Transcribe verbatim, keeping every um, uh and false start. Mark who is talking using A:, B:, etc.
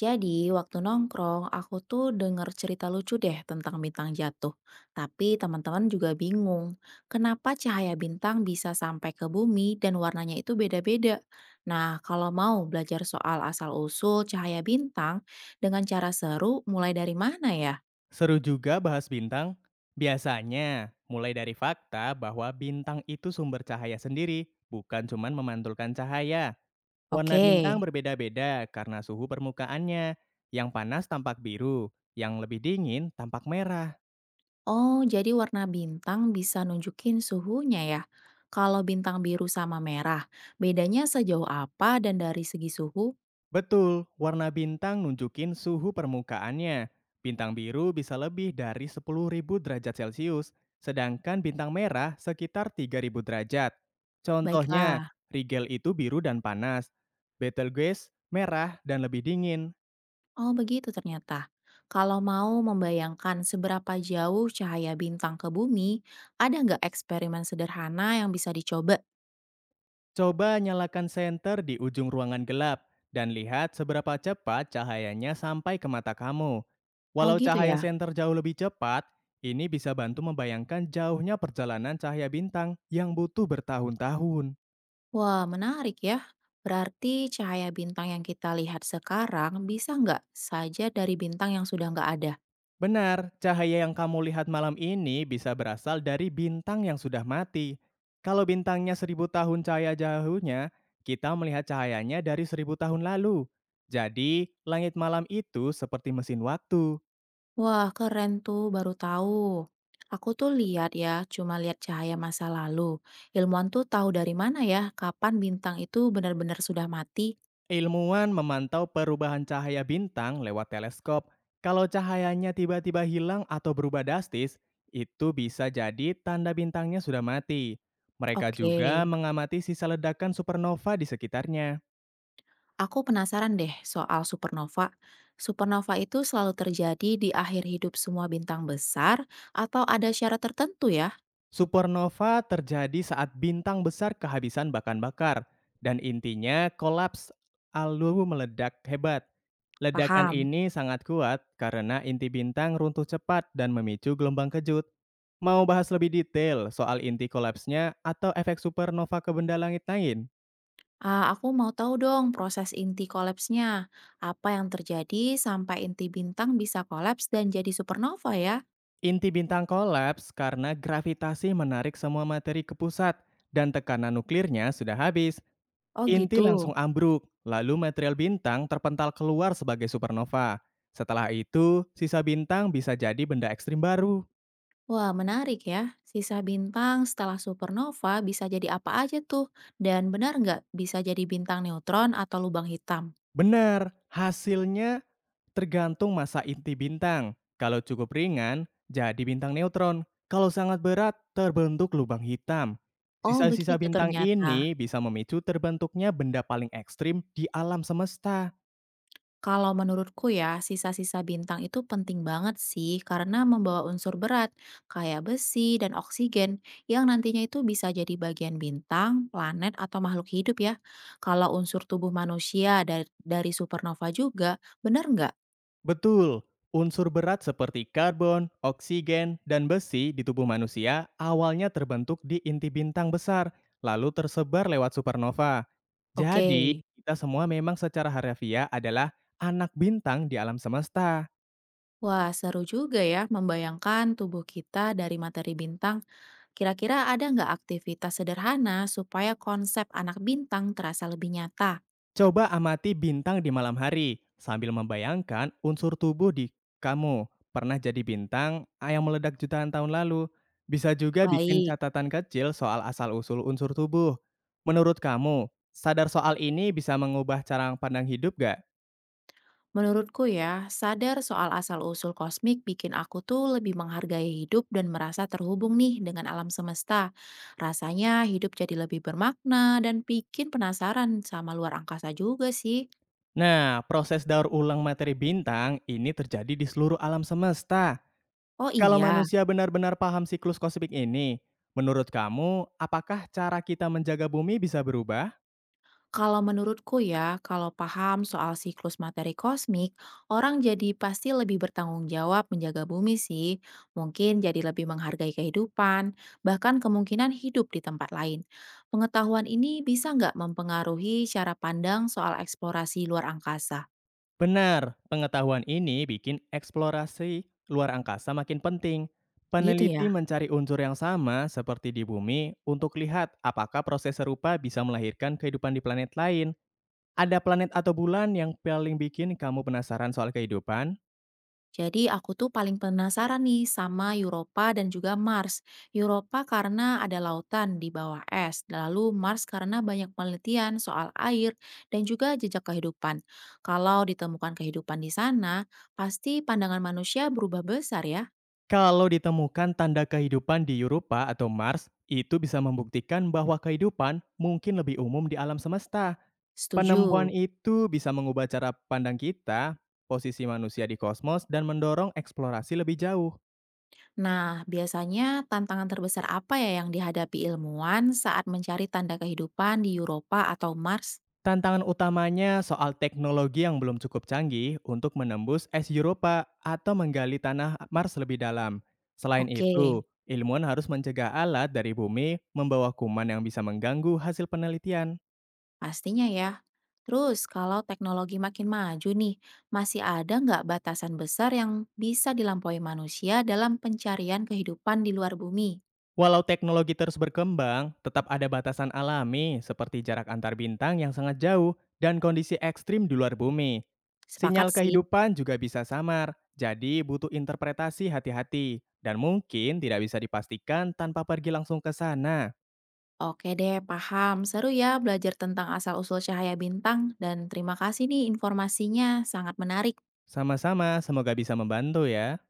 A: Jadi, waktu nongkrong, aku tuh denger cerita lucu deh tentang bintang jatuh. Tapi teman-teman juga bingung, kenapa cahaya bintang bisa sampai ke bumi dan warnanya itu beda-beda. Nah, kalau mau belajar soal asal-usul cahaya bintang dengan cara seru, mulai dari mana ya?
B: Seru juga bahas bintang. Biasanya, mulai dari fakta bahwa bintang itu sumber cahaya sendiri, bukan cuman memantulkan cahaya. Warna
A: Oke.
B: bintang berbeda-beda karena suhu permukaannya. Yang panas tampak biru, yang lebih dingin tampak merah.
A: Oh, jadi warna bintang bisa nunjukin suhunya ya. Kalau bintang biru sama merah, bedanya sejauh apa dan dari segi suhu?
B: Betul, warna bintang nunjukin suhu permukaannya. Bintang biru bisa lebih dari sepuluh ribu derajat Celcius, sedangkan bintang merah sekitar tiga ribu derajat. Contohnya,
A: Baiklah.
B: Rigel itu biru dan panas, Betelgeuse merah dan lebih dingin.
A: Oh, begitu ternyata. Kalau mau membayangkan seberapa jauh cahaya bintang ke bumi, ada nggak eksperimen sederhana yang bisa dicoba?
B: Coba nyalakan senter di ujung ruangan gelap dan lihat seberapa cepat cahayanya sampai ke mata kamu.
A: Oh,
B: Walau
A: gitu ya.
B: cahaya senter jauh lebih cepat, ini bisa bantu membayangkan jauhnya perjalanan cahaya bintang yang butuh bertahun-tahun.
A: Wah, menarik ya. Berarti cahaya bintang yang kita lihat sekarang bisa nggak saja dari bintang yang sudah nggak ada?
B: Benar, cahaya yang kamu lihat malam ini bisa berasal dari bintang yang sudah mati. Kalau bintangnya seribu tahun cahaya jauhnya, kita melihat cahayanya dari seribu tahun lalu. Jadi, langit malam itu seperti mesin waktu.
A: Wah, keren tuh, baru tahu. Aku tuh lihat ya, cuma lihat cahaya masa lalu. Ilmuwan tuh tahu dari mana ya, kapan bintang itu benar-benar sudah mati?
B: Ilmuwan memantau perubahan cahaya bintang lewat teleskop. Kalau cahayanya tiba-tiba hilang atau berubah drastis, itu bisa jadi tanda bintangnya sudah mati. Mereka
A: Oke,
B: juga mengamati sisa ledakan supernova di sekitarnya.
A: aku penasaran deh soal supernova. Supernova itu selalu terjadi di akhir hidup semua bintang besar atau ada syarat tertentu ya?
B: Supernova terjadi saat bintang besar kehabisan bahan bakar dan intinya kolaps lalu meledak hebat. Ledakan
A: Paham.
B: ini sangat kuat karena inti bintang runtuh cepat dan memicu gelombang kejut. Mau bahas lebih detail soal inti kolapsnya atau efek supernova ke benda langit lain?
A: Ah, aku mau tahu dong proses inti kolapsnya. Apa yang terjadi sampai inti bintang bisa kolaps dan jadi supernova ya?
B: Inti bintang kolaps karena gravitasi menarik semua materi ke pusat dan tekanan nuklirnya sudah habis.
A: Oh
B: Inti
A: gitu.
B: langsung ambruk, lalu material bintang terpental keluar sebagai supernova. Setelah itu, sisa bintang bisa jadi benda ekstrim baru.
A: Wah, menarik ya. Sisa bintang setelah supernova bisa jadi apa aja tuh? Dan benar nggak bisa jadi bintang neutron atau lubang hitam?
B: Benar, hasilnya tergantung massa inti bintang. Kalau cukup ringan, jadi bintang neutron. Kalau sangat berat, terbentuk lubang hitam.
A: Oh,
B: Sisa-sisa
A: begitu
B: bintang
A: ternyata.
B: ini bisa memicu terbentuknya benda paling ekstrim di alam semesta.
A: Kalau menurutku ya, sisa-sisa bintang itu penting banget sih karena membawa unsur berat kayak besi dan oksigen yang nantinya itu bisa jadi bagian bintang, planet, atau makhluk hidup ya. Kalau unsur tubuh manusia dari, dari supernova juga, benar nggak?
B: Betul, unsur berat seperti karbon, oksigen, dan besi di tubuh manusia awalnya terbentuk di inti bintang besar, lalu tersebar lewat supernova.
A: Oke.
B: Jadi, kita semua memang secara harafiah adalah anak bintang di alam semesta.
A: Wah, seru juga ya membayangkan tubuh kita dari materi bintang. Kira-kira ada nggak aktivitas sederhana supaya konsep anak bintang terasa lebih nyata?
B: Coba amati bintang di malam hari sambil membayangkan unsur tubuh di kamu pernah jadi bintang ah, yang meledak jutaan tahun lalu. Bisa juga bikin
A: Baik,
B: catatan kecil soal asal-usul unsur tubuh. Menurut kamu, sadar soal ini bisa mengubah cara pandang hidup gak?
A: menurutku ya, sadar soal asal-usul kosmik bikin aku tuh lebih menghargai hidup dan merasa terhubung nih dengan alam semesta. Rasanya hidup jadi lebih bermakna dan bikin penasaran sama luar angkasa juga sih.
B: Nah, proses daur ulang materi bintang ini terjadi di seluruh alam semesta.
A: Oh
B: Kalau
A: iya.
B: manusia benar-benar paham siklus kosmik ini, menurut kamu, apakah cara kita menjaga bumi bisa berubah?
A: Kalau menurutku ya, kalau paham soal siklus materi kosmik, orang jadi pasti lebih bertanggung jawab menjaga bumi sih. Mungkin jadi lebih menghargai kehidupan, bahkan kemungkinan hidup di tempat lain. Pengetahuan ini bisa nggak mempengaruhi cara pandang soal eksplorasi luar angkasa?
B: Benar, pengetahuan ini bikin eksplorasi luar angkasa makin penting.
A: Gitu ya.
B: Peneliti mencari unsur yang sama seperti di bumi untuk lihat apakah proses serupa bisa melahirkan kehidupan di planet lain. Ada planet atau bulan yang paling bikin kamu penasaran soal kehidupan?
A: Jadi aku tuh paling penasaran nih sama Europa dan juga Mars. Europa karena ada lautan di bawah es, lalu Mars karena banyak penelitian soal air dan juga jejak kehidupan. Kalau ditemukan kehidupan di sana, pasti pandangan manusia berubah besar ya.
B: Kalau ditemukan tanda kehidupan di Europa atau Mars, itu bisa membuktikan bahwa kehidupan mungkin lebih umum di alam semesta. Penemuan
A: Setuju.
B: itu bisa mengubah cara pandang kita, posisi manusia di kosmos, dan mendorong eksplorasi lebih jauh.
A: Nah, biasanya tantangan terbesar apa ya yang dihadapi ilmuwan saat mencari tanda kehidupan di Europa atau Mars?
B: Tantangan utamanya soal teknologi yang belum cukup canggih untuk menembus es Europa atau menggali tanah Mars lebih dalam. Selain
A: Oke.
B: itu, ilmuwan harus mencegah alat dari bumi membawa kuman yang bisa mengganggu hasil penelitian.
A: Pastinya ya. Terus, kalau teknologi makin maju nih, masih ada nggak batasan besar yang bisa dilampaui manusia dalam pencarian kehidupan di luar bumi?
B: Walau teknologi terus berkembang, tetap ada batasan alami seperti jarak antar bintang yang sangat jauh dan kondisi ekstrim di luar bumi.
A: Sepakat
B: Sinyal
A: sih.
B: kehidupan juga bisa samar, jadi butuh interpretasi hati-hati dan mungkin tidak bisa dipastikan tanpa pergi langsung ke sana.
A: Oke deh, paham. Seru ya belajar tentang asal-usul cahaya bintang dan terima kasih nih informasinya, sangat menarik.
B: Sama-sama, semoga bisa membantu ya.